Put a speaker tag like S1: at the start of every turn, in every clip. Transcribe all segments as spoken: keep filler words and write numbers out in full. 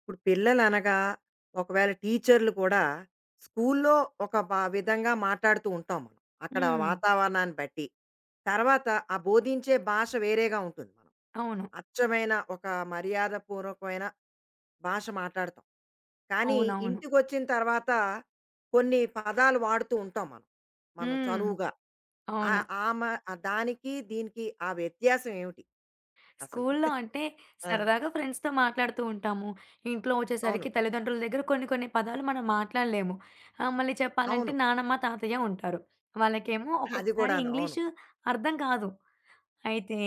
S1: ఇప్పుడు పిల్లలనగా ఒకవేళ టీచర్లు కూడా స్కూల్లో ఒక బా విధంగా మాట్లాడుతూ ఉంటాం మనం. అక్కడ
S2: హ్మ్.
S1: వాతావరణాన్ని బట్టి. తర్వాత ఆ బోధించే భాష వేరేగా ఉంటుంది మనం.
S2: అవును.
S1: అచ్చమైన ఒక మర్యాదపూర్వకమైన భాష మాట్లాడతాం. కానీ
S2: అవునవును.
S1: ఇంటికొచ్చిన తర్వాత కొన్ని పదాలు వాడుతూ ఉంటాం మనం. మనం
S2: హ్మ్.
S1: చనువుగా. ఆ
S2: అవును.
S1: ఆమ దానికి, దీనికి ఆ వ్యత్యాసం ఏమిటి అసలు?
S2: స్కూల్లో అంటే
S1: ఆ!
S2: సరదాగా ఫ్రెండ్స్‌తో మాట్లాడుతూ ఉంటాము. ఇంట్లో
S1: అవును.
S2: వచ్చేసరికి తల్లిదండ్రుల దగ్గర కొన్ని కొన్ని పదాలు మనం మాట్లాడలేము. ఆహ్, మళ్ళీ
S1: అవును.
S2: చెప్పాలంటే నానమ్మ, తాతయ్య ఉంటారు. వాళ్ళకేమో
S1: అది
S2: ఒక్కొక్కసారి
S1: కూడాను. అవును.
S2: ఇంగ్లీషు అర్థం కాదు. అయితే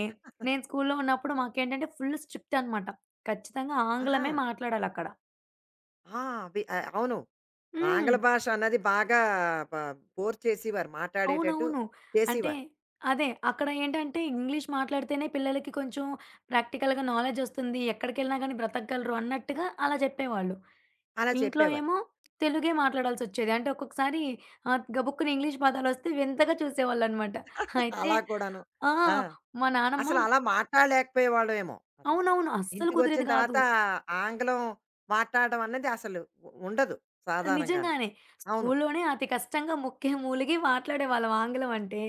S2: నేను స్కూల్లో ఉన్నప్పుడు మాకేంటంటే ఫుల్ స్ట్రిక్ట్ అనమాట. ఖచ్చితంగా
S1: ఆహా!
S2: ఆంగ్లమే మాట్లాడాలక్కడ.
S1: ఆ! అవి ఆహ్, అవును.
S2: హ్మ్.
S1: ఆంగ్ల భాష అన్నది బాగా ప ఫోర్స్ చేసేవారు. మాట్లాడేటట్టు
S2: అవునవును. అంటే
S1: చేసేవారు.
S2: అదే. అక్కడ ఏంటంటే ఇంగ్లీష్ మాట్లాడితేనే పిల్లలకి కొంచెం ప్రాక్టికల్‌గా నాలెడ్జ్ వస్తుంది. ఎక్కడికెళ్ళినా గాని బ్రతకగలరు అన్నట్టుగా అలా చెప్పేవాళ్ళు.
S1: అలా
S2: ఇంట్లో
S1: చెప్పేవారు.
S2: ఏమో తెలుగే మాట్లాడాల్సొచ్చేది. అంటే ఒక్కొక్కసారి ఆహ్, గబుక్కున ఇంగ్లీష్ పదాలొస్తే వింతగా చూసేవాళ్ళనమాట. అయితే
S1: అలా కూడాను.
S2: ఆ!
S1: ఆ!
S2: మా నానమ్మ
S1: అసలు అలా మాట్లాడలేకపోయేవాళ్ళవేమో అసలు.
S2: అవునవును. అస్సలు
S1: ఇంటికొచ్చిన
S2: కుదిరేది కాదు.
S1: తర్వాత ఆంగ్లం మాట్లాడడం అన్నది అసలు ఉ ఉండదు సాధారణంగాను.
S2: నిజంగానే.
S1: అవును.
S2: స్కూల్లోనే అతి కష్టంగా ముక్కే మూలిగి మాట్లాడేవాళ్ళం ఆంగ్లం అంటే.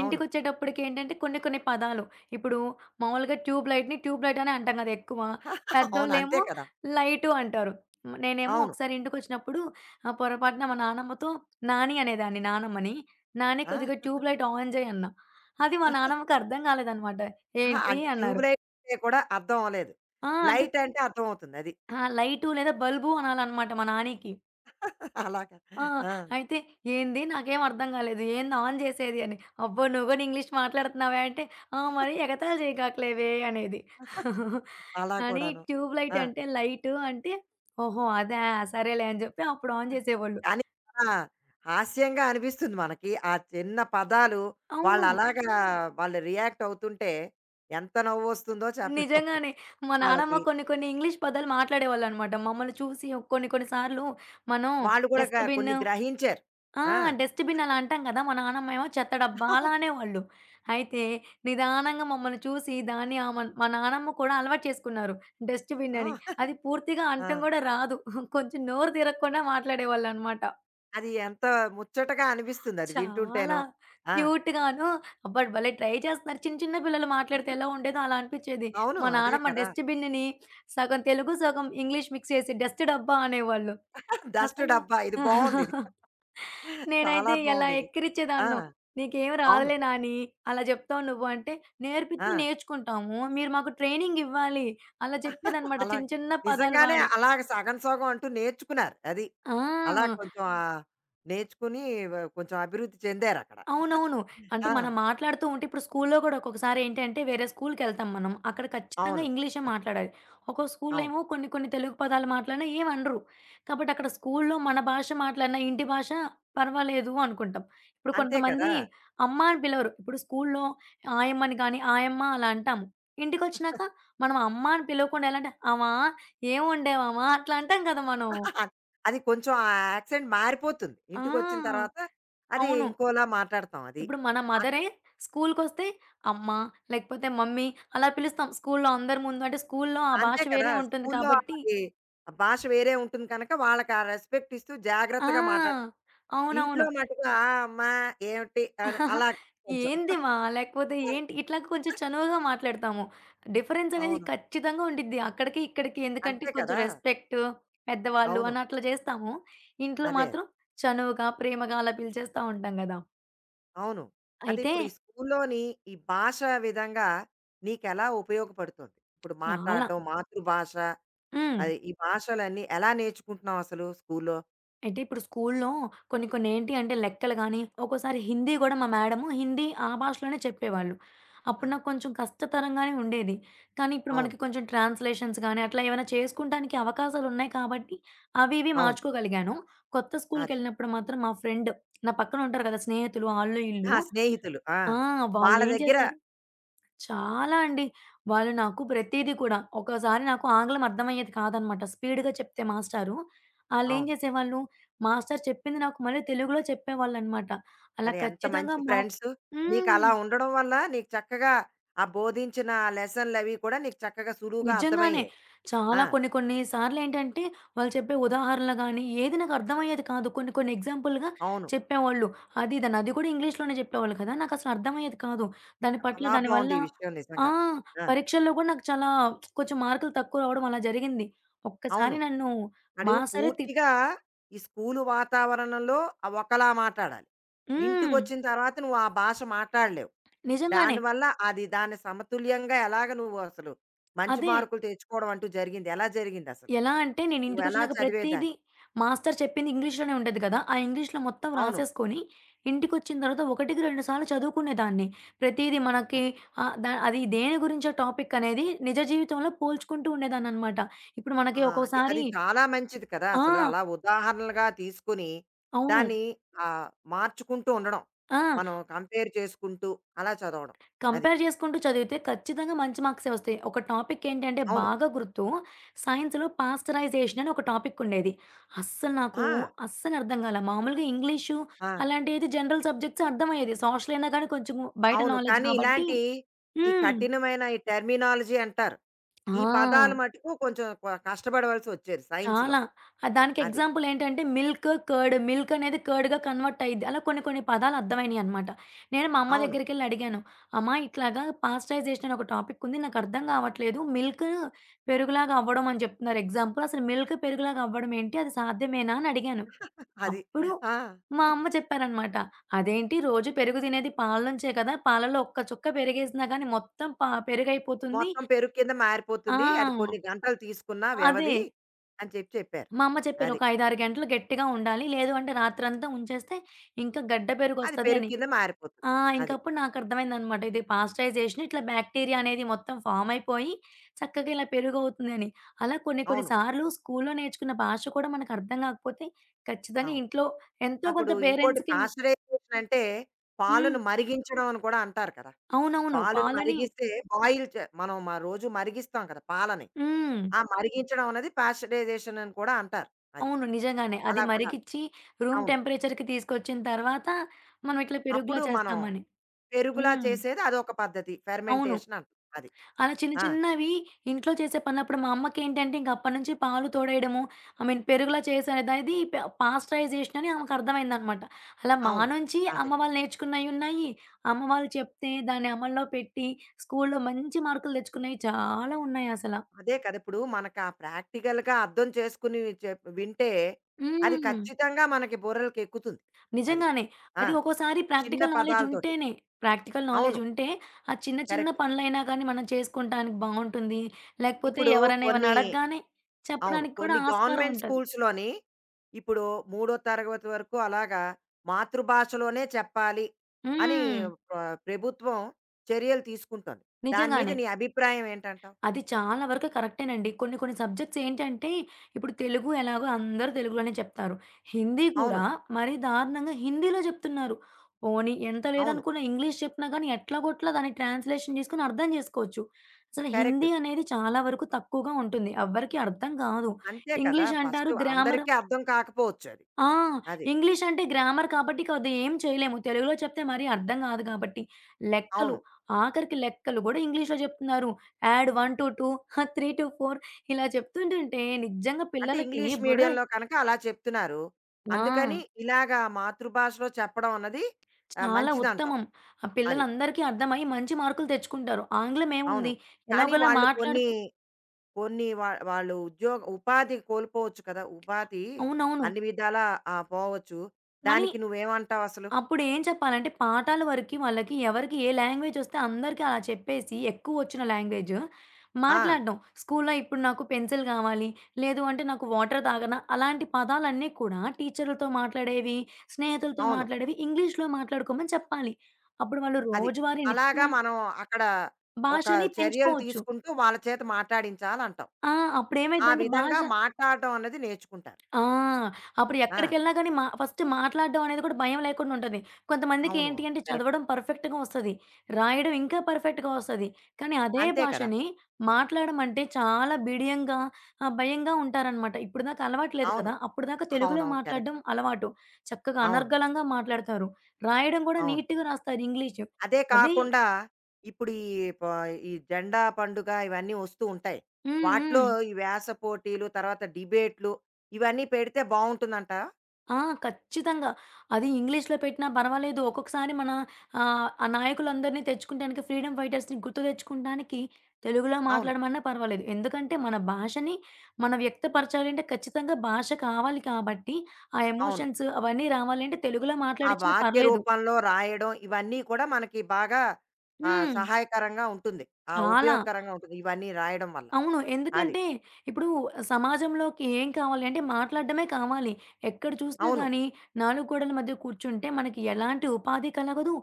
S1: అవును.
S2: ఇంటికొచ్చేటప్పటికేంటంటే కొన్ని కొన్ని పదాలు ఇప్పుడు మామూలుగా ట్యూబ్ లైట్‌ని ట్యూబ్ లైట్ అనే అంటాం కదా ఎక్కువ.
S1: అవును. అంతే
S2: పెద్దోళ్ళేమో
S1: కదా!
S2: లైటు అంటారు. హ్మ్. నేనేమో
S1: అవును.
S2: ఒకసారి ఇంటికొచ్చినప్పుడు ఆహ్, పొరపాటున మా నానమ్మతో నాని అనేదాన్ని నానమ్మని. నాని
S1: ఆ!
S2: కొద్దిగా ట్యూబ్ లైట్ ఆన్ చేయి అన్నా. అది మా నానమ్మకి అర్థం కాలేదనమాట.
S1: అహా!
S2: ఏంటి
S1: అంటే ట్యూబ్
S2: అన్నారు.
S1: లైట్ అంటే కూడా అర్థం అవ్వలేదు.
S2: ఆ! అంటే
S1: లైట్ అంటే అర్థమవుతుంది అది.
S2: ఆ! లైటు లేదా బల్బు అనాలనమాట మా నానికి.
S1: అలాగా.
S2: ఆ!
S1: ఆ!
S2: అయితే "ఏంది? నాకేం అర్థం కాలేదు. ఏంది ఆన్ చేసేది" అని. "అబ్బో! నువ్వు కూడా ఇంగ్లీష్ మాట్లాడుతున్నావే" అంటే, "ఆ! మరి ఎగతాళి చేయమాకలేవే" అనేది.
S1: అలా
S2: కానీ
S1: కూడాను.
S2: ట్యూబ్‌లైట్
S1: ఆ!
S2: అంటే లైటు అంటే, "ఓహో! అదా! సరేలే" అని చెప్పి అప్పుడు ఆన్ చేసేవాళ్ళు.
S1: కానీ చాలా హాస్యంగా అనిపిస్తుంది మనకి. ఆ చిన్న పదాలు
S2: అవును.
S1: వాళ్ళలాగా వాళ్ళు రియాక్ట్ అవుతుంటే ఎంత నవ్వొస్తుందో చెప్పలేము
S2: నిజంగానే. మా నానమ్మ
S1: వాళ్ళకి.
S2: కొన్ని కొన్ని ఇంగ్లీష్ పదాలు మాట్లాడేవాళ్ళనమాట. మమ్మల్ని చూసి కొన్ని కొన్ని సార్లు మనం
S1: వాళ్ళు కూడా క
S2: డస్ట్‌బిన్
S1: కొన్ని గ్రహించారు.
S2: ఆ!
S1: ఆ!
S2: డస్ట్‌బిన్ అలా అంటాం కదా! మా నానమ్మేమో చెత్త డబ్బా అలా
S1: అవును.
S2: అనేవాళ్ళు. అయితే నిదానంగా మమ్మల్ని చూసి దాన్ని ఆమ మా నానమ్మ కూడా అలవాటు చేసుకున్నారు. డస్ట్‌బిన్ అని.
S1: ఆ!
S2: అది పూర్తిగా
S1: ఆ!
S2: అనటం కూడా రాదు. కొంచెం నోరు తిరగకుండా మాట్లాడేవాళ్ళనమాట.
S1: అది ఎంత ముచ్చటగా అనిపిస్తుంది అది
S2: చాలా
S1: వింటుంటేను. ఆ!
S2: క్యూట్‌గాను అబ్బా! భలే ట్రై చేస్తున్నారు. చిన్న చిన్న పిల్లలు మాట్లాడితే ఎలా ఉండేదో అలా అనిపించేది.
S1: అవును.
S2: మా
S1: అదే
S2: నానమ్మ
S1: కదా!
S2: డస్ట్‌బిన్‌ని సగం తెలుగు, సగం ఇంగ్లీష్ మిక్స్ చేసి డస్ట్ డబ్బా అనేవాళ్ళు.
S1: డస్ట్
S2: అసల
S1: డబ్బా ఇది బావుందిది. చాలా
S2: నేనైతే ఎలా
S1: బావుందిది. ఆ!
S2: ఎక్కిరిచ్చేదాన్నో. "నీకేం
S1: అవును.
S2: రాదులే నాని, అలా జెప్తావు నువ్వు" అంటే,
S1: ఆ!
S2: "నేర్పిచ్చి నేర్చుకుంటాము. మీరు మాకు ట్రైనింగ్ ఇవ్వాలి." అలా చెప్పేదన్నమాట
S1: అలా
S2: చిన్న చిన్న పదాలు
S1: నిజంగానే
S2: వాడి.
S1: అలాగ సగం సగం అంటూ నేర్చుకున్నారు. అది. అలా
S2: ఆ!
S1: కొంచెం ఆహ్, నేర్చుకుని వ కొంచెం అభివృద్ధి చెందారక్కడ.
S2: అవునవును. అంటే
S1: ఆ!
S2: మనం మాట్లాడుతూ ఉంటే ఇప్పుడు స్కూల్లో గూడా ఒక్కొక్కసారి ఏంటంటే వేరే స్కూల్‌కెళ్తాం మనం. అక్కడ ఖచ్చితంగా
S1: అవును.
S2: ఇంగ్లీషే
S1: అదే.
S2: మాట్లాడాలి. ఒక్కో స్కూల్‌లో
S1: అవును.
S2: ఏమో కొన్ని కొన్ని తెలుగు పదాలు మాట్లాడినా ఏమనరు. కాబట్టి అక్కడ స్కూల్‌లో మన భాష మాట్లాడిన ఇంటి భాష పర్వాలేదు అనుకుంటాం. ఇప్పుడు
S1: అంతే కదా!
S2: కొంతమంది అమ్మ అని పిలవరు. ఇప్పుడు స్కూల్‌లో ఆయమ్మని గాని, ఆయమ్మ అలా అంటాము. ఇంటికొచ్చినాక మనం అమ్మ అని పిలవకుండా ఎలా అంటే, "ఆమా ఏం వండావమా" అట్లా అంటాం కదా మనం.
S1: అది కొంచెం ఆ యాక్సెంట్ మారిపోతుంది. ఇంటికొచ్చిన
S2: ఆ!
S1: తర్వాత అది
S2: అవును.
S1: ఇంకోలా మాట్లాడతాం అది.
S2: ఇప్పుడు మన
S1: అక్కడ
S2: మదరే స్కూలుకొస్తే అమ్మ, లేకపోతే మమ్మీ అలా పిలుస్తాం. స్కూలులో అందరి ముందు అంటే స్కూలులో ఆ
S1: అంతే
S2: భాష
S1: కదా!
S2: వేరే ఉంటుంది
S1: స్కూల్లో
S2: కాబట్టి
S1: అది ఆ భాష వేరే ఉంటుంది కనుక వాళ్ళకి ఆ రెస్పెక్ట్ ఇస్తూ
S2: ఆ!
S1: జాగ్రత్తగా మాట్లాడ ఇంట్లో
S2: అవునవును.
S1: మటుకు ఆ! అమ్మా! ఏమిటి అని అలాగ కొంచెం.
S2: "ఏంది మా" లేకపోతే "ఏంటి" ఇట్లా కొంచెం చనువుగా మాట్లాడతాము. డిఫరెన్స్ అనేది
S1: అవును.
S2: ఖచ్చితంగా ఉండిద్ది. అక్కడికి, ఇక్కడికి ఎందుకంటే
S1: అంతే
S2: కొంచెం
S1: కదా!
S2: రెస్పెక్ట్ పెద్దవాళ్ళు
S1: అవును.
S2: అని అట్లా చేస్తాము. ఇంట్లో
S1: అదే.
S2: మాత్రం చనువుగా, ప్రేమగా అలా పిలిచేస్తా ఉంటాం గదా!
S1: అవును. అంటే
S2: అయితే
S1: ఇప్పుడు ఈ స్కూల్లోని ఈ భాష విధంగా నీకెలా ఉపయోగపడుతుంది? ఇప్పుడు
S2: చాలా
S1: మాట్లాడడం మాతృభాష
S2: హ్మ్.
S1: అది ఈ భాషలన్నీ ఎలా నేర్చుకుంటున్నావు అసలు స్కూల్‌లో?
S2: అయితే ఇప్పుడు స్కూల్లో కొన్ని కొన్ని ఏంటి అంటే లెక్కలు గానీ, ఒక్కోసారి హిందీ గూడా మా మేడము హిందీ ఆ భాషలోనే చెప్పేవాళ్ళు.
S1: ఆ!
S2: అప్పుడు నాకు కొంచెం కష్టతరంగానే ఉండేది. కానీ ఇప్పుడు
S1: అవును.
S2: మనకి కొంచెం ట్రాన్స్‌లేషన్స్ గానీ, అట్లా ఏమైనా చేసుకుంటానికి అవకాశాలున్నాయి కాబట్టి అవి ఇవి
S1: అవును.
S2: మార్చుకోగలిగాను. కొత్త
S1: అదే.
S2: స్కూల్‌కెళ్ళినప్పుడు మాత్రం మా ఫ్రెండ్ నా పక్కన ఉంటారు కదా! స్నేహితులు ఆళ్ళు,
S1: ఆ!
S2: ఈళ్ళు.
S1: స్నేహితులు. ఆ!
S2: ఆ!
S1: వాళ్ళ
S2: వాళ్ళేం
S1: దగ్గర
S2: చేశారు చాలా అండి. వాళ్ళు నాకు ప్రతీది కూడా ఒక్కోసారి నాకు ఆంగ్లం అర్థమయ్యేది కాదనమాట. స్పీడ్‌గా చెప్తే మాస్టారు, ఆళ్ళేం
S1: అవును.
S2: చేసేవాళ్ళు, మాస్టారు చెప్పింది నాకు మళ్ళీ తెలుగులో చెప్పేవాళ్ళనమాట. అలా
S1: మరి ఎంత
S2: ఖచ్చితంగా
S1: మంచి
S2: మా
S1: ఫ్రెండ్స్.
S2: హ్మ్.
S1: నీకలా ఉండడం వల్ల నీకు చక్కగా ఆ బోధించిన లెసన్‌లవి కూడా నీకు చక్కగా సులువుగా
S2: నిజంగానే.
S1: అర్థమయ్యాయి. ఆ!
S2: చాలా కొన్ని కొన్ని సార్లేంటంటే, వాళ్ళు చెప్పే ఉదాహరణలు గానీ, ఏది నాకర్థమయ్యేది కాదు. కొన్ని కొన్ని ఎగ్జాంపుల్‌గా
S1: అవును.
S2: చెప్పేవాళ్ళు. అది ఇదని అది కూడా ఇంగ్లీష్‌లోనే చెప్పేవాళ్ళు కదా! నాకసలు అర్థమయ్యేది కాదు. దాని పట్ల
S1: చాలా
S2: దానివల్ల
S1: బావుంది ఈ విషయం
S2: ఆ!
S1: నిజంగా. ఆ!
S2: పరీక్షల్లో కూడా నాకు చాలా కొంచెం మార్కులు తక్కువ రావడం అలా జరిగింది.
S1: అవును.
S2: ఒక్కసారి నన్ను
S1: అడు
S2: మా సరే తిట్
S1: పూర్తిగా ఈ స్కూలు వాతావరణంలో ఆహ్, ఒకలా మాట్లాడాలి.
S2: హ్మ్.
S1: ఇంటికొచ్చిన తర్వాత నువ్వు ఆ భాష మాట్లాడలేవు.
S2: నిజంగానే.
S1: దానివల్ల అది దాన్ని సమతుల్యంగా ఎలాగ నువ్వు అసలు మంచి
S2: అదే.
S1: మార్కులు తెచ్చుకోవడం అంటూ జరిగింది. ఎలా జరిగిందసలు?
S2: ఎలా అంటే
S1: నువ్వెలా
S2: నేనింటికొచ్చినాక ప్రతీదీ
S1: చదివేదాన్ని?
S2: మాస్టర్ చెప్పింది ఇంగ్లీష్‌లోనే ఉండేది కదా! ఆ ఇంగ్లీష్‌లో మొత్తం
S1: అవును.
S2: రాసేసుకొని, ఇంటికొచ్చిన తర్వాత ఒకటికి రెండు సార్లు చదువుకునేదాన్ని. ప్రతీదీ మనకి ఆహ్, ద అది దేని గురించో టాపిక్ అనేది నిజ జీవితంలో పోల్చుకుంటూ ఉండేదాన్ననమాట. ఇప్పుడు
S1: ఆ!
S2: మనకి
S1: అది
S2: ఒక్కోసారి
S1: అది చాలా మంచిది కదా! అసలు
S2: ఆ!
S1: అలా ఉదాహరణలుగా తీసుకొని
S2: అవును.
S1: దాన్ని ఆహ్, మార్చుకుంటూ ఉండడం.
S2: ఆ!
S1: మనం కంపేర్ చేసుకుంటూ అలా చదవడం. అది.
S2: కంపేర్ చేసుకుంటూ చదివితే ఖచ్చితంగా మంచి మార్క్సే వస్తాయి. ఒక టాపిక్ ఏంటంటే
S1: అవును.
S2: బాగా గుర్తు సైన్స్‌లో పాస్టరైజేషన్ అని ఒక టాపిక్ ఉండేది. అస్సలు నాకు
S1: ఆ!
S2: అస్సలు అర్థం కాల. మామూలుగా ఇంగ్లీషు
S1: ఆ!
S2: అలాంటిది జనరల్ సబ్జెక్ట్స్ అర్థమయ్యేది. సోషల్ అయినా కానీ కొంచెం బయట
S1: అవును.
S2: నాలెడ్జ్
S1: కానీ
S2: కాబట్టి
S1: ఇలాంటి ఈ
S2: హ్మ్.
S1: కఠినమైన ఈ టెర్మినాలజీ అంటారు. ఈ పదాలు
S2: ఆ!
S1: మటుకు కొంచెం క కష్టపడవలసొచ్చేది సైన్స్‌లో.
S2: చాలా. ఆహ్, దానికి
S1: అది.
S2: ఎగ్జాంపుల్ ఏంటంటే మిల్క్, కర్డ్. మిల్క్ అనేది కర్డ్‌గా కన్వర్ట్ అయ్యిద్ది. అలా కొన్ని కొన్ని పదాలు అర్థమయినియనమాట. నేను మా అమ్మ
S1: అవును.
S2: దగ్గరికెళ్ళి అడిగాను. అమ్మ ఇట్లాగా పాస్టరైజేషన్ అని ఒక టాపిక్ ఉంది. నాకర్థం కావట్లేదు. మిల్క్ పెరుగులాగా అవ్వడం అని చెప్తున్నారు ఎగ్జాంపుల్. అసలు మిల్క్ పెరుగులాగా అవ్వడం ఏంటి? అది సాధ్యమేనా అని అడిగాను.
S1: అది.
S2: అప్పుడు
S1: ఆ!
S2: మా అమ్మ చెప్పారనమాట. అదేంటి రోజు పెరుగు తినేది పాల నుంచే కదా! పాలలో ఒక్క చుక్క పెరిగేసినా గాని మొత్తం పా పెరుగయిపోతుంది.
S1: మొత్తం పెరుగు కింద మారిపోతుంది. అది కొన్ని
S2: ఆ!
S1: గంటలు తీసుకున్న
S2: అదే.
S1: వ్యవధి అని చెప్పి చెప్పారు.
S2: మా అమ్మ చెప్పారు.
S1: అది.
S2: ఒక ఐదు, ఆరు గంటలు గట్టిగా ఉండాలి. లేదు అంటే రాత్రంతా ఉంచేస్తే ఇంకా గడ్డ
S1: అది
S2: పెరుగొస్తది
S1: పెరుగు
S2: అని.
S1: కింద మారిపోతుంది.
S2: ఆ!
S1: అది.
S2: ఇంకప్పుడు నాకర్థమైందనమాట. ఇది పాస్టరైజేషన్ ఇట్లా బాక్టీరియా అనేది మొత్తం ఫామ్ అయిపోయి చక్కగా ఇలా పెరుగవుతుందని. అలా కొన్ని కొన్ని
S1: అవును.
S2: సార్లు స్కూల్లో నేర్చుకున్న భాష కూడా మనకర్థం కాకపోతే ఖచ్చితంగా
S1: అవును.
S2: ఇంట్లో ఎంతో
S1: అప్పుడు
S2: కొంత
S1: ఇంకోటి
S2: పేరెంట్స్‌కి
S1: పాశ్చరైజేషన్ అంటే
S2: హ్మ్.
S1: పాలను మరిగించడం అని కూడా అంటారు కదా!
S2: అవునవును.
S1: పాలను
S2: పాలని
S1: మరిగిస్తే బాయిల్ చే మనం మ రోజు మరిగిస్తాం కదా! పాలని.
S2: హ్మ్.
S1: ఆ! మరిగించడం అన్నది పాశ్చరైజేషన్ అని కూడా అంటారు. అది.
S2: అవును. నిజంగానే. అది
S1: అలా కూడా అంటారు.
S2: మరిగిచ్చి రూమ్
S1: అవును.
S2: టెంపరేచర్‌కి తీసుకొచ్చిన తర్వాత మనం ఇట్లా పెరుగులా
S1: అప్పుడు మనం
S2: చేస్తామని.
S1: పెరుగులా
S2: హ్మ్.
S1: చేసేది అదొక పద్ధతి.
S2: అవును.
S1: ఫెర్మెంటేషన్ అంటాం. అది.
S2: అలా చిన్న
S1: ఆ!
S2: చిన్నవి ఇంట్లో చేసే పనులప్పుడు మా అమ్మకేంటంటే ఇంక అప్పటినుంచి పాలు తోడేయడము, ఐ మీన్ పెరుగులా చేసేదది ప పాస్టరైజేషన్ అని ఆమెకర్థమైందనమాట. అలా మా
S1: అవును.
S2: నుంచి
S1: అదే.
S2: అమ్మ వాళ్ళు నేర్చుకున్నయున్నాయి. అమ్మ వాళ్ళు చెప్తే దాన్ని అమల్లో పెట్టి స్కూల్‌లో మంచి మార్కులు తెచ్చుకున్నయి చాలా ఉన్నాయసల.
S1: అదే కదా! ఇప్పుడు మనకు ఆ ప్రాక్టికల్‌గా అర్థం చేసుకుని చెప్ వింటే అది
S2: హ్మ్.
S1: ఖచ్చితంగా మనకి బుర్రలకెక్కుతుంది. అది.
S2: నిజంగానే.
S1: ఆ!
S2: అది ఒక్కోసారి
S1: చిన్న
S2: ప్రాక్టికల్ నాలెడ్జ్
S1: పదాలతోటి.
S2: ఉంటేనే, ప్రాక్టికల్ నాలెడ్జ్
S1: అవును.
S2: ఉంటే ఆ చిన్న చిన్న
S1: కరెక్ట్.
S2: పనులైనా కానీ మనం చేసుకుంటానికి బావుంటుంది. లేకపోతే
S1: ఇప్పుడు
S2: ఎవరైనా ఏమన్నా
S1: కొన్ని
S2: అడగగానే
S1: అవును.
S2: చెప్పడానికి కూడా
S1: కొన్ని
S2: ఆస్కారం
S1: గవర్నమెంట్
S2: ఉంటది.
S1: స్కూల్స్‌లోని ఇప్పుడు మూడో తరగతి వరకు అలాగా మాతృభాషలోనే చెప్పాలి అని
S2: హ్మ్.
S1: ప ప్రభుత్వం చర్యలు తీసుకుంటోంది. దాని మీద
S2: నిజంగానే.
S1: నీ అభిప్రాయం ఏంటంటావు?
S2: అది చాలా వరకు కరెక్టేనండి. కొన్ని కొన్ని సబ్జెక్ట్స్ ఏంటంటే, ఇప్పుడు తెలుగు ఎలాగో అందరూ తెలుగులోనే చెప్తారు. హిందీ
S1: అవును.
S2: కూడా మరీ దారుణంగా హిందీలో చెప్తున్నారు. పోనీ ఎంత
S1: అవును.
S2: లేదనుకున్న ఇంగ్లీష్ చెప్పినా గానీ ఎట్లాగొట్లా దాన్ని ట్రాన్స్‌లేషన్ చేసుకొని అర్థం చేసుకోవచ్చు. అసలు
S1: కరెక్ట్.
S2: హిందీ అనేది చాలా వరకు తక్కువగా ఉంటుంది. ఎవ్వరికీ అర్థం కాదు.
S1: అంతే కదా!
S2: ఇంగ్లీష్
S1: ఫస్ట్
S2: అంటారు గ్రామర్
S1: అందరికీ అర్థం కాకపోవచ్చు అది.
S2: ఆ!
S1: అది.
S2: ఇంగ్లీష్ అంటే గ్రామర్ కాబట్టి కొద్దిగా ఏం చేయలేము. తెలుగులో చెప్తే మరీ అర్థం కాదు కాబట్టి. లెక్కలు,
S1: అవును.
S2: ఆఖరికి లెక్కలు గూడా ఇంగ్లీష్‌లో చెప్తున్నారు. యాడ్ ఒకటి రెండు ఆహ్, మూడు నాలుగు ఇలా చెప్తుంటుంటే నిజంగా
S1: అంటే
S2: పిల్లలకి
S1: ఇంగ్లీష్
S2: బుర్ర
S1: మీడియంలో కనుక అలా చెప్తున్నారు.
S2: ఆ!
S1: అందుకని ఇలాగా మాతృభాషలో చెప్పడం అన్నది ఆహ్,
S2: చాలా
S1: మంచిదంటావు.
S2: ఉత్తమం. ఆ
S1: అది.
S2: పిల్లలందరికీ అర్థమై మంచి మార్కులు తెచ్చుకుంటారు. ఆంగ్లం
S1: అవును.
S2: ఏముంది
S1: కానీ
S2: ఎలాగోలా
S1: వాళ్ళు కొన్ని
S2: మాట్లాడుతూ
S1: కొన్ని వా వాళ్ళు ఉద్యోగ ఉపాధి కోల్పోవచ్చు కదా! ఉపాధి
S2: అవునవును.
S1: అన్ని విధాలా ఆ! పోవచ్చు.
S2: కానీ
S1: దానికి నువ్వేమంటావు అసలు?
S2: అప్పుడేం చెప్పాలంటే, పాఠాల వరకి వాళ్ళకి ఎవరికి ఏ లాంగ్వేజొస్తే అందరికీ అలా చెప్పేసి, ఎక్కువొచ్చిన లాంగ్వేజ్
S1: ఆ!
S2: మాట్లాడడం. స్కూల్లో ఇప్పుడు నాకు పెన్సిల్ కావాలి, లేదు అంటే నాకు వాటర్ తాగన అలాంటి పదాలన్నీ కూడా టీచర్లతో మాట్లాడేవి, స్నేహితులతో
S1: అవును.
S2: మాట్లాడేవి ఇంగ్లీష్‌లో మాట్లాడుకోమని చెప్పాలి. అప్పుడు వాళ్ళు
S1: అది.
S2: రోజువారీ
S1: అలాగా
S2: నిత్యం
S1: మనం అక్కడ ఒక
S2: భాషని
S1: చర్యలు
S2: పెంచుకోవచ్చు.
S1: తీసుకుంటూ వాళ్ళ చేత మాటాడించాలంటావు.
S2: ఆ!
S1: ఆ
S2: అప్పుడేమైద్దంటే
S1: విధంగా
S2: భాష
S1: మాట్లాడడం అన్నది నేర్చుకుంటారు.
S2: ఆ! అప్పుడు
S1: ఆ!
S2: ఎక్కడికెళ్ళినా గాని మా ఫస్ట్ మాట్లాడడం అనేది కూడా భయం లేకుండా ఉంటది. కొంతమందికి
S1: అవును. అవును.
S2: ఏంటి అంటే
S1: కరెక్ట్.
S2: చదవడం పర్ఫెక్ట్‌గా వస్తది. రాయడం ఇంకా పర్ఫెక్ట్‌గా వస్తది. కానీ అదే
S1: అంతే కదా!
S2: భాషని మాట్లాడడం అంటే చాలా బిడియంగా ఆహ్, భయంగా ఉంటారనమాట. ఇప్పటిదాకా అలవాటు లేదు
S1: అవును.
S2: కదా! అప్పటిదాకా తెలుగులో
S1: అవునవును. కరెక్ట్.
S2: మాట్లాడడం అలవాటు. చక్కగా
S1: అవును.
S2: అనర్గళంగా మాట్లాడతారు. రాయడం కూడా
S1: అవును.
S2: నీట్‌గా రాస్తారు ఇంగ్లీషు.
S1: అదే
S2: అదే
S1: కాకుండా ఇప్పుడు ఈ ప- ఈ జెండా పండుగ ఇవన్నీ వస్తూ ఉంటాయి
S2: హ్మ్.
S1: వాటిలో
S2: హ్మ్.
S1: ఈ వ్యాస పోటీలు తర్వాత డిబేట్లు ఇవన్నీ పెడితే బాగుంటుందంట
S2: ఆ! ఖచ్చితంగా. అది ఇంగ్లీష్‌లో పెట్టినా పర్వాలేదు. ఒక్కొక్కసారి మన ఆహ్, ఆ నాయకులందరిని తెచ్చుకుంటానికి ఫ్రీడమ్ ఫైటర్స్‌ని గుర్తు తెచ్చుకుంటానికి తెలుగులో
S1: అవును
S2: మాట్లాడమన్నా పర్వాలేదు. ఎందుకంటే మన భాషని మనం వ్యక్తపరచాలి అంటే ఖచ్చితంగా భాష కావాలి కాబట్టి, ఆ
S1: అవును
S2: ఎమోషన్స్ అవన్నీ రావాలంటే తెలుగులో
S1: ఆ
S2: మాట్లాడిచ్చినా
S1: వాక్య
S2: పర్లేదు.
S1: రూపంలో రాయడం ఇవన్నీ కూడా మనకి బాగా ఆ,
S2: హ్మ్.
S1: సహాయకరంగా ఉంటుంది ఆ
S2: చాలా.
S1: ఉపయోగకరంగా ఉంటుంది ఇవన్నీ రాయడం వల్ల
S2: అవును.
S1: అది
S2: ఎందుకంటే, ఇప్పుడు సమాజంలోకి ఏం కావాలి అంటే, మాట్లాడడమే కావాలి. ఎక్కడ చూసినా
S1: అవును
S2: గానీ, నాలుగు గోడల మధ్య కూర్చుంటే, మనకి ఎలాంటి ఉపాధి కలగదు.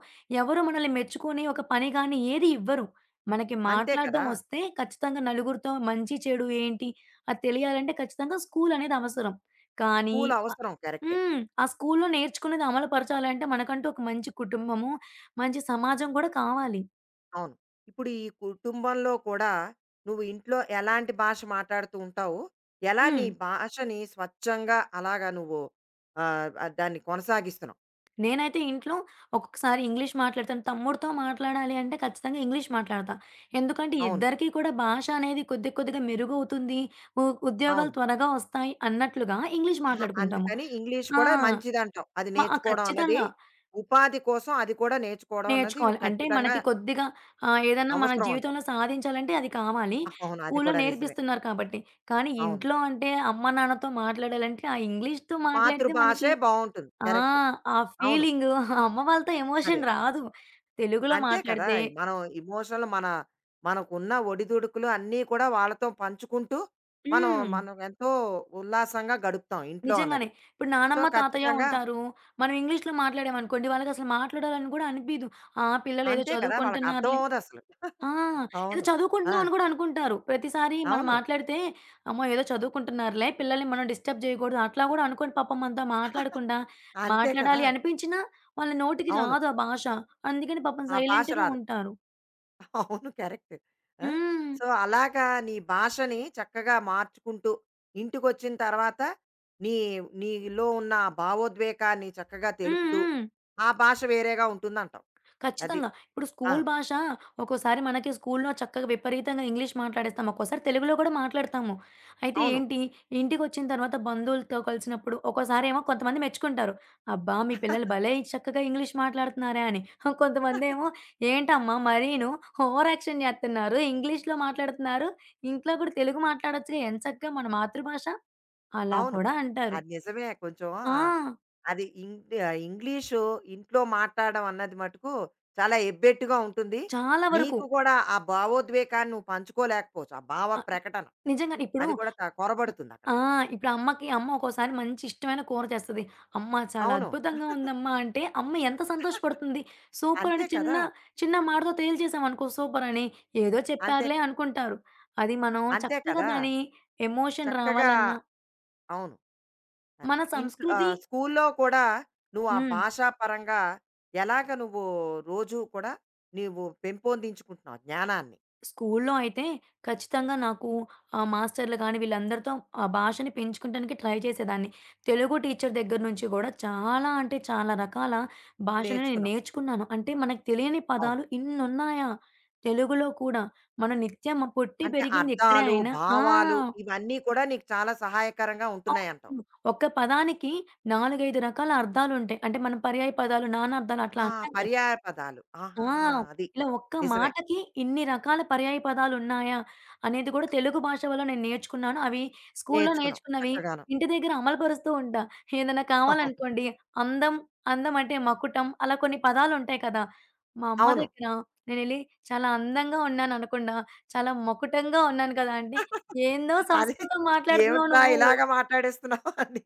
S2: ఎవరు మనల్ని మెచ్చుకునే ఒక పని గానీ, ఏది ఇవ్వరు. మనకి
S1: అంతే
S2: మాట్లాడడం
S1: కదా.
S2: వస్తే, ఖచ్చితంగా నలుగురితో మంచి, చెడు ఏంటి, అది తెలియాలంటే ఖచ్చితంగా స్కూలనేది అవసరం. కానీ
S1: స్కూల్
S2: అ
S1: అవసరం కరెక్టే
S2: హ్మ్. ఆ స్కూల్‌లో నేర్చుకున్నది అమలు పరచాలంటే, మనకంటూ ఒక మంచి కుటుంబము, మంచి సమాజం గూడా కావాలి.
S1: అవును. ఇప్పుడు ఈ కుటుంబంలో కూడా నువ్వు ఇంట్లో ఎలాంటి భాష మాట్లాడుతూ ఉంటావు? ఎలా నీ
S2: హ్మ్.
S1: భాషని స్వచ్ఛంగా అలాగా నువ్వు ఆహ్, ఆహ్, దాన్ని కొనసాగిస్తున్నావు?
S2: నేనైతే ఇంట్లో ఒక్కొక్కసారి ఇంగ్లీష్ మాట్లాడతాను. తమ్ముడితో మాట్లాడాలి అంటే ఖచ్చితంగా ఇంగ్లీష్ మాట్లాడతా. ఎందుకంటే
S1: అవును.
S2: ఇద్దరికీ కూడా భాష అనేది కొద్ది కొద్దిగా మెరుగవుతుంది. ఉ
S1: అవును.
S2: ఉద్యోగాలు త్వరగా వస్తాయి అన్నట్లుగా ఇంగ్లీష్
S1: ఆహా!
S2: మాట్లాడుకుంటాము.
S1: అందుకని ఇంగ్లీష్
S2: ఆ!
S1: కూడా మంచిదంటావు. అది
S2: మ ఆ!
S1: నేర్చుకోవడం అన్నది
S2: ఖచ్చితంగా
S1: ఉపాధి కోసం అది కూడా నేర్చుకోవడం అన్నది
S2: నేర్చుకోవాలి. అంటే
S1: ఖచ్చితంగా
S2: మనకి కొద్దిగా ఆహ్, ఏదన్నా మన
S1: అవసరం అంటావు.
S2: జీవితంలో సాధించాలంటే అది కావాలి.
S1: అవును. అది
S2: స్కూల్‌లో
S1: కూడా నిజమే.
S2: నేర్పిస్తున్నారు కాబట్టి. కానీ
S1: అవును.
S2: ఇంట్లో అంటే అమ్మ, నాన్నతో మాట్లాడాలంటే ఆ ఇంగ్లీష్‌తో మాట్లాడితే మనకి
S1: మాతృభాషే బావుంటుంది.
S2: ఆ!
S1: కరెక్ట్.
S2: ఆ
S1: అవును.
S2: ఫీలింగు అమ్మ వాళ్ళతో
S1: అదే.
S2: ఎమోషన్ రాదు. తెలుగులో
S1: అంతే కదా!
S2: మాట్లాడితే
S1: ఈ మనం ఇమోషన్‌లు మన మనకున్న ఒడిదుడుకులు అన్నీ కూడా వాళ్ళతో పంచుకుంటూ, మనం
S2: హ్మ్.
S1: మనం ఎంతో ఉల్లాసంగా గడుపుతాం ఇంట్లో
S2: నిజంగానే.
S1: అన్నది.
S2: ఇప్పుడు
S1: సో,
S2: నానమ్మ, తాతయ్య
S1: ఖచ్చితంగా
S2: ఉంటారు. మనం ఇంగ్లీష్‌లో మాట్లాడామనుకోండి, వాళ్ళకసలు మాట్లాడాలని గూడా అనిపియదు. ఆ! పిల్లలేదో
S1: అంతే కదా! వాళ్ళకి అర్థం
S2: చదువుకుంటున్నారులే
S1: అవ్వదసలు.
S2: ఆ! ఏదో
S1: అవును. ఆ!
S2: చదువుకుంటున్నాం అని గూడా అనుకుంటారు. ప్రతిసారి మనం
S1: అవును.
S2: మాట్లాడితే, అమ్మో! ఏదో చదువుకుంటున్నారులే, పిల్లల్ని మనం డిస్టర్బ్ జేయకూడదు అట్లా గూడా అనుకోని పాపం మనతో మాట్లాడకుండా,
S1: అంతే కదా!
S2: మాట్లాడాలి అనిపించినా వాళ్ళ నోటికి
S1: అవును.
S2: రాదు ఆ భాష. అందుకని పాపం
S1: ఆ భాష
S2: సైలెంట్‌గా
S1: రాదు.
S2: ఉంటారు.
S1: అవును. కరెక్ట్. ఆ!
S2: హ్మ్.
S1: సో, అలాగా నీ భాషని చక్కగా మార్చుకుంటూ, ఇంటికొచ్చిన తర్వాత నీ నీలో ఉన్న ఆ భావోద్వేగాన్ని చక్కగా
S2: హ్మ్.
S1: తెలుపుతూ,
S2: హ్మ్.
S1: ఆ భాష వేరేగా ఉంటుందంటావు. అది.
S2: ఖచ్చితంగా. ఇప్పుడు
S1: ఆ!
S2: స్కూలు భాష ఒక్కోసారి మనకి స్కూలులో చక్కగా విపరీతంగా ఇంగ్లీష్ మాట్లాడేస్తాం. ఒక్కోసారి తెలుగులో కూడా మాట్లాడతాము. అయితే
S1: అవును.
S2: ఏంటి, ఇంటికొచ్చిన తర్వాత బంధువులతో కలిసినప్పుడు ఒక్కోసారేమో కొంతమంది మెచ్చుకుంటారు. "అబ్బా! మీ పిల్లలు భలే చక్కగా ఇంగ్లీష్ మాట్లాడుతున్నారే" అని. కొంతమందేమో "ఏంటమ్మా మరీను ఓవర్ యాక్షన్ జేత్తన్నారు. ఇంగ్లీష్‌లో మాట్లాడుతున్నారు. ఇంట్లో కూడా తెలుగు మాట్లాడొచ్చుగా ఎంచక్కా మన మాతృభాష" అలా
S1: అవును.
S2: కూడా అంటారు.
S1: అది నిజమే కొంచెం ఆహ్,
S2: ఆ!
S1: అది ఇంగ్ ఆ, ఇంగ్లీషు ఇంట్లో మాట్లాడడం అన్నది మటుకు చాలా ఎబ్బెట్టుగా ఉంటుంది.
S2: చాలా వరకు.
S1: నీకు కూడా ఆ భావోద్వేగాన్ని నువ్వు పంచుకోలేకపోవచ్చు. ఆ భావ
S2: ఆహ్,
S1: ప్రకటన
S2: నిజంగానే. ఇప్పుడు
S1: అది కూడా క కొరబడుతుందక్కడ.
S2: ఆ! ఇప్పుడు అమ్మకి అమ్మ ఒక్కోసారి మంచి ఇష్టమైన కూర చేస్తది. "అమ్మ చాలా
S1: అవును.
S2: అద్భుతంగా ఉందమ్మా!" అంటే అమ్మ ఎంత సంతోషపడుతుంది. సూపర్ అని
S1: అంతే
S2: చిన్న,
S1: కదా!
S2: చిన్న మాటతో తేల్చేసామనుకో సూపర్ అని, ఏదో
S1: అంతే,
S2: చెప్పారులే అనుకుంటారు. అది మనం
S1: అంతే
S2: చక్కగా
S1: కదా!
S2: దాని ఎమోషన్
S1: చక్కగా
S2: రావాలన్నా
S1: అవును. అది.
S2: మన
S1: ఇంట్లో
S2: సంస్కృతి
S1: ఆహ్, స్కూల్లో కూడా నువ్వు ఆ
S2: హ్మ్.
S1: భాషా పరంగా ఎలాగ నువ్వు రోజు కూడా నీవు పెంపొందించుకుంటున్నావు జ్ఞానాన్ని?
S2: స్కూల్లో అయితే ఖచ్చితంగా నాకు ఆహ్, మాస్టర్‌లు గాని వీళ్ళందరితో ఆ భాషని పెంచుకుంటానికి ట్రై చేసేదాన్ని. తెలుగు టీచర్ దగ్గర నుంచి గూడా చాలా అంటే చాలా రకాల భాషలు నేను
S1: నేర్చుకున్నావు.
S2: నేర్చుకున్నాను. అంటే మనకు తెలియని
S1: అవును.
S2: పదాలు ఇన్నున్నాయా తెలుగులో కూడా. మనం నిత్యం పుట్టి
S1: అంటే
S2: పెరిగింది ఇక్కడే
S1: అర్థాలు,
S2: అయినా ఆ!
S1: భావాలు ఇవన్నీ కూడా నీకు చాలా సహాయకరంగా ఉంటున్నాయంటావు.
S2: అవును. ఒక్క పదానికి నాలుగు, ఐదు రకాల అర్థాలుంటాయి. అంటే మనం పర్యాయ పదాలు, నానార్థాలు అట్లా
S1: ఆ!
S2: అంటాం గదా!
S1: పర్యాయ పదాలు.
S2: ఆ!
S1: ఆహాహా! అది.
S2: ఇలా ఒక్క
S1: నిజమే.
S2: మాటకి ఇన్ని రకాల పర్యాయ పదాలున్నాయా? అనేది కూడా తెలుగు భాష వల్ల నేను నేర్చుకున్నాను. అవి స్కూల్లో
S1: నేర్చుకున్నావు
S2: నేర్చుకున్నవి
S1: చక్కగాను.
S2: ఇంటి దగ్గర అమలుపరుస్తూ ఉంటా. ఏదైనా
S1: అవును.
S2: కావాలనుకోండి అందం, అందం అంటే మకుటం అలా కొన్ని పదాలుంటాయి కదా! మా అమ్మ
S1: అవును.
S2: దగ్గర నేనెళ్ళి "చాలా అందంగా ఉన్నాననకుండా, చాలా మకుటంగా ఉన్నాను కదా!" అంటే, "ఏందో
S1: అదే
S2: సంస్కృతం మాట్లాడుతున్నావు
S1: ఏమిట్రా
S2: నువ్వు"
S1: ఇలాగ మాట్లాడేస్తున్నావు అని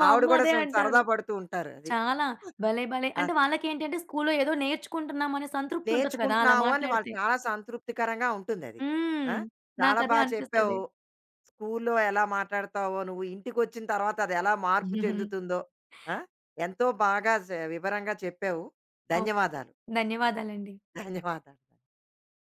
S2: మా
S1: ఆవిడ
S2: అమ్మ
S1: కూడా
S2: అదే
S1: కొంచెం
S2: అంటారు.
S1: సరదా పడుతూ ఉంటారు అది.
S2: చాలా భలే! భలే!
S1: ఆ!
S2: అంటే వాళ్ళకేంటంటే స్కూల్లో ఏదో నేర్చుకుంటున్నామనే సంతృప్తి ఉంటది కదా! అలా
S1: నేర్చుకుంటున్నావు అని వాళ్ళు
S2: మాట్లాడితే.
S1: చాలా సంతృప్తికరంగా ఉంటుందది. ఆ!
S2: హ్మ్.
S1: చాలా
S2: నాకదే
S1: బా
S2: అనిపిస్తది.
S1: చెప్పావు. స్కూల్లో ఎలా మాట్లాడతావో నువ్వు ఇంటికొచ్చిన తర్వాత అది ఎలా మార్పు చెందుతుందో ఆ? ఎంతో బాగా స- వివరంగా చెప్పావు.
S2: అవును.
S1: ధన్యవాదాలు.
S2: ధన్యవాదాలండి.
S1: ధన్యవాదాలు.